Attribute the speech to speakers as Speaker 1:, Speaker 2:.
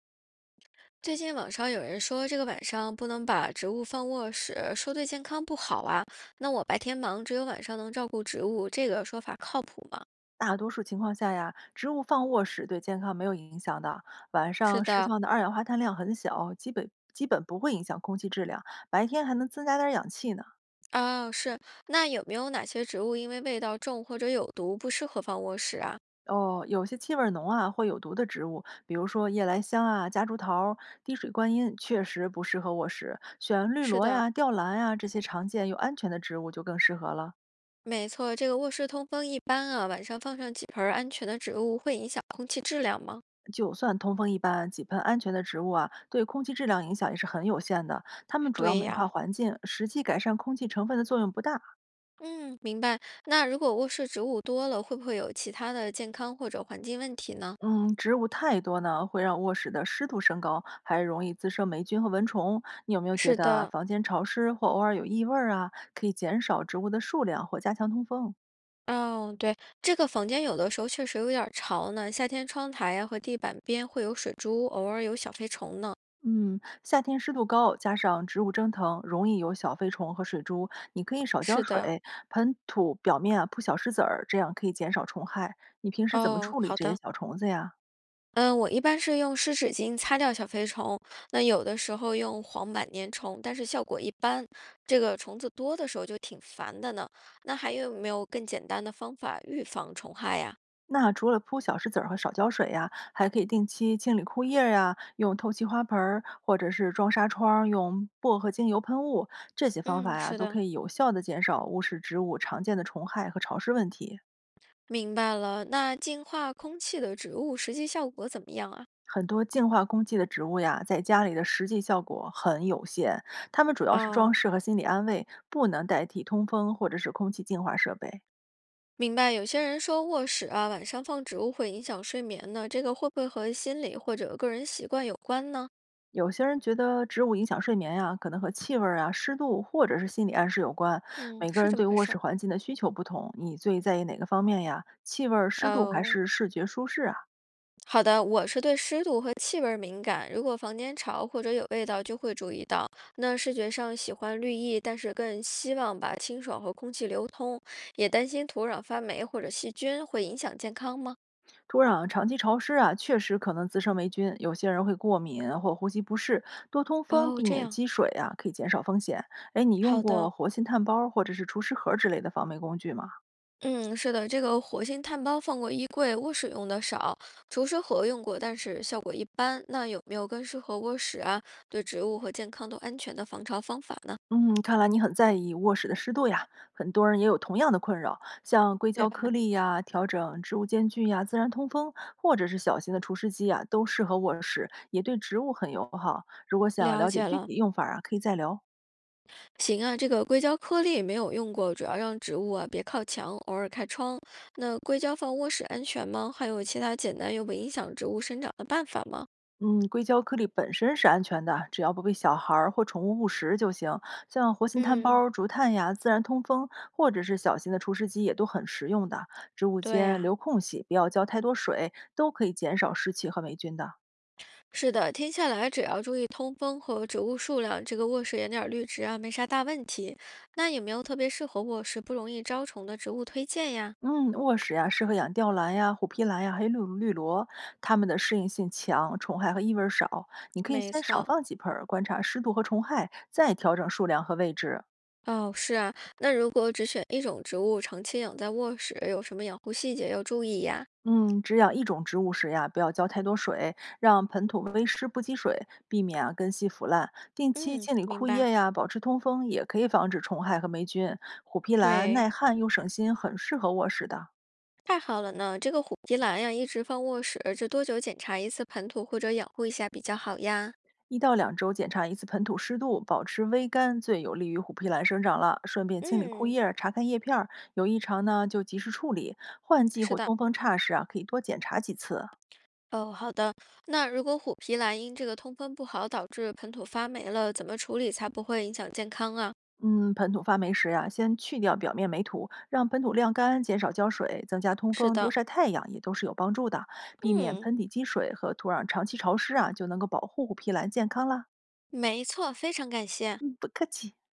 Speaker 1: 最近网上有人说，这个晚上不能把植物放卧室，说对健康不好啊。那我白天忙，只有晚上能照顾植物，这个说法靠谱吗？
Speaker 2: 大多数情况下呀，植物放卧室对健康没有影响的，晚
Speaker 1: 是
Speaker 2: 上释
Speaker 1: 的，
Speaker 2: 放的二氧化碳量很小，基本不会影响空气质量，白天还能增加点儿氧气呢。
Speaker 1: 啊，是。那有没有哪些植物因为味道重或者有毒，不适合放卧室啊？
Speaker 2: 哦，有些气味儿浓啊或有毒的植物，比如说夜来香啊、夹竹桃、滴水观音，确实不适合卧室。选绿
Speaker 1: 是
Speaker 2: 萝
Speaker 1: 的，
Speaker 2: 呀、吊兰呀这些常见又安全的植物就更适合了。
Speaker 1: 没错，这个卧室通风一般啊，晚上放上几盆儿安全的植物，会影响空气质量吗？
Speaker 2: 就算通风一般，几盆安全的植物啊，对空气质量影响也是很有限的。它们主要
Speaker 1: 对
Speaker 2: 美化
Speaker 1: 呀。
Speaker 2: 环境，实际改善空气成分的作用不大。
Speaker 1: 嗯，明白。那如果卧室植物多了，会不会有其他的健康或者环境问题呢？
Speaker 2: 嗯，植物太多呢，会让卧室的湿度升高，还容易滋生霉菌和蚊虫。你有没有觉
Speaker 1: 是
Speaker 2: 得啊，
Speaker 1: 的，
Speaker 2: 房间潮湿或偶尔有异味儿啊，可以减少植物的数量或加强通风？
Speaker 1: 哦，对，这个房间有的时候确实有点儿潮呢，夏天窗台呀、和地板边会有水珠，偶尔有小飞虫呢。
Speaker 2: 嗯，夏天湿度高，加上植物蒸腾，容易有小飞虫和水珠。你可以少浇
Speaker 1: 是
Speaker 2: 水，
Speaker 1: 的，
Speaker 2: 盆土表面啊铺小石子儿，这样可以减少虫害。你平时怎么
Speaker 1: 哦，
Speaker 2: 处理
Speaker 1: 好
Speaker 2: 这些
Speaker 1: 的，
Speaker 2: 小虫子呀？
Speaker 1: 嗯，我一般是用湿纸巾擦掉小飞虫，那有的时候用黄板粘虫，但是效果一般。这个虫子多的时候就挺烦的呢。那还有没有更简单的方法预防虫害呀？
Speaker 2: 那除了铺小石子儿和少浇水呀、还可以定期清理枯叶儿呀、用透气花盆儿或者是装纱窗，用薄荷精油喷雾，这些方法
Speaker 1: 嗯，
Speaker 2: 呀、
Speaker 1: 是
Speaker 2: 都
Speaker 1: 的，
Speaker 2: 可以有效的减少误食植物常见的虫害和潮湿问题。
Speaker 1: 明白了。那净化空气的植物实际效果怎么样啊？
Speaker 2: 很多净化空气的植物呀，在家里的实际效果很有限，它们主要是装
Speaker 1: 哦。
Speaker 2: 饰和心理安慰，不能代替通风或者是空气净化设备。
Speaker 1: 明白，有些人说卧室啊，晚上放植物会影响睡眠呢，这个会不会和心理或者个人习惯有关呢？
Speaker 2: 有些人觉得植物影响睡眠呀、可能和气味儿啊、湿度或者是心理暗示有关。
Speaker 1: 嗯，
Speaker 2: 每个
Speaker 1: 是
Speaker 2: 人
Speaker 1: 这么
Speaker 2: 对
Speaker 1: 回
Speaker 2: 卧
Speaker 1: 事
Speaker 2: 室
Speaker 1: 儿。
Speaker 2: 环境的需求不同，你最在意哪个方面呀？气味儿、湿度还
Speaker 1: 哦，
Speaker 2: 是视觉舒适啊？
Speaker 1: 好的，我是对湿度和气味儿敏感，如果房间潮或者有味道就会注意到。那视觉上喜欢绿意，但是更希望把清爽和空气流通，也担心土壤发霉或者细菌会影响健康吗？
Speaker 2: 土壤长期潮湿啊，确实可能滋生霉菌，有些人会过敏或呼吸不适。多通风，
Speaker 1: 哦，
Speaker 2: 避
Speaker 1: 这
Speaker 2: 免
Speaker 1: 样，
Speaker 2: 积水啊，可以减少风险。哎，你用
Speaker 1: 好
Speaker 2: 过
Speaker 1: 的。
Speaker 2: 活性炭包儿或者是除湿盒之类的防霉工具吗？
Speaker 1: 嗯，是的，这个活性炭包放过衣柜，卧室用的少，除湿盒用过，但是效果一般。那有没有更适合卧室啊，对植物和健康都安全的防潮方法呢？
Speaker 2: 嗯，看来你很在意卧室的湿度呀，很多人也有同样的困扰，像硅
Speaker 1: 对
Speaker 2: 胶颗
Speaker 1: 吧？
Speaker 2: 粒呀、调整植物间距呀、自然通风，或者是小型的除湿机呀，都适合卧室，也对植物很友好。如果想
Speaker 1: 了
Speaker 2: 了解
Speaker 1: 解
Speaker 2: 具
Speaker 1: 了，
Speaker 2: 体用法啊，可以再聊。
Speaker 1: 行啊，这个硅胶颗粒没有用过，主要让植物啊别靠墙，偶尔开窗。那硅胶放卧室安全吗？还有其他简单又不影响植物生长的办法吗？
Speaker 2: 嗯，硅胶颗粒本身是安全的，只要不被小孩儿或宠物误食就行。像活性炭
Speaker 1: 嗯，
Speaker 2: 包、竹炭呀、自然通风，或者是小型的除湿机也都很实用的。植物
Speaker 1: 对
Speaker 2: 间
Speaker 1: 呀、
Speaker 2: 留空隙，不要浇太多水，都可以减少湿气和霉菌的。
Speaker 1: 是的，听下来只要注意通风和植物数量，这个卧室养点儿绿植啊，没啥大问题。那有没有特别适合卧室不容易招虫的植物推荐呀？
Speaker 2: 嗯，卧室呀，适合养吊兰呀、虎皮兰呀，还有绿萝，它们的适应性强，虫害和异味儿少。你可以
Speaker 1: 没
Speaker 2: 先少
Speaker 1: 错，
Speaker 2: 放几盆儿，观察湿度和虫害，再调整数量和位置。
Speaker 1: 哦，是啊，那如果只选一种植物长期养在卧室，有什么养护细节要注意呀？
Speaker 2: 嗯，只养一种植物时呀，不要浇太多水，让盆土微湿不积水，避免啊根系腐烂。定期
Speaker 1: 嗯，
Speaker 2: 清理
Speaker 1: 明
Speaker 2: 枯
Speaker 1: 白。
Speaker 2: 叶呀，保持通风，也可以防止虫害和霉菌。虎皮兰
Speaker 1: 对，
Speaker 2: 耐旱又省心，很适合卧室的。
Speaker 1: 太好了呢，这个虎皮兰呀，一直放卧室，这多久检查一次盆土或者养护一下比较好呀？
Speaker 2: 1到2周检查一次盆土湿度，保持微干最有利于虎皮兰生长了。顺便清理枯
Speaker 1: 嗯，
Speaker 2: 叶儿，查看叶片儿，有异常呢就及时处理。换季
Speaker 1: 是
Speaker 2: 或
Speaker 1: 的。
Speaker 2: 通风差时啊，可以多检查几次。
Speaker 1: 哦，好的。那如果虎皮兰因这个通风不好导致盆土发霉了，怎么处理才不会影响健康啊？
Speaker 2: 嗯，盆土发霉时呀、先去掉表面霉土，让盆土晾干，减少浇水，增加通
Speaker 1: 是
Speaker 2: 风，多
Speaker 1: 的，
Speaker 2: 晒太阳也都是有帮助的。避免
Speaker 1: 嗯，
Speaker 2: 盆底积水和土壤长期潮湿啊，就能够保护虎皮兰健康啦。
Speaker 1: 没错，非常感谢。
Speaker 2: 嗯，不客气。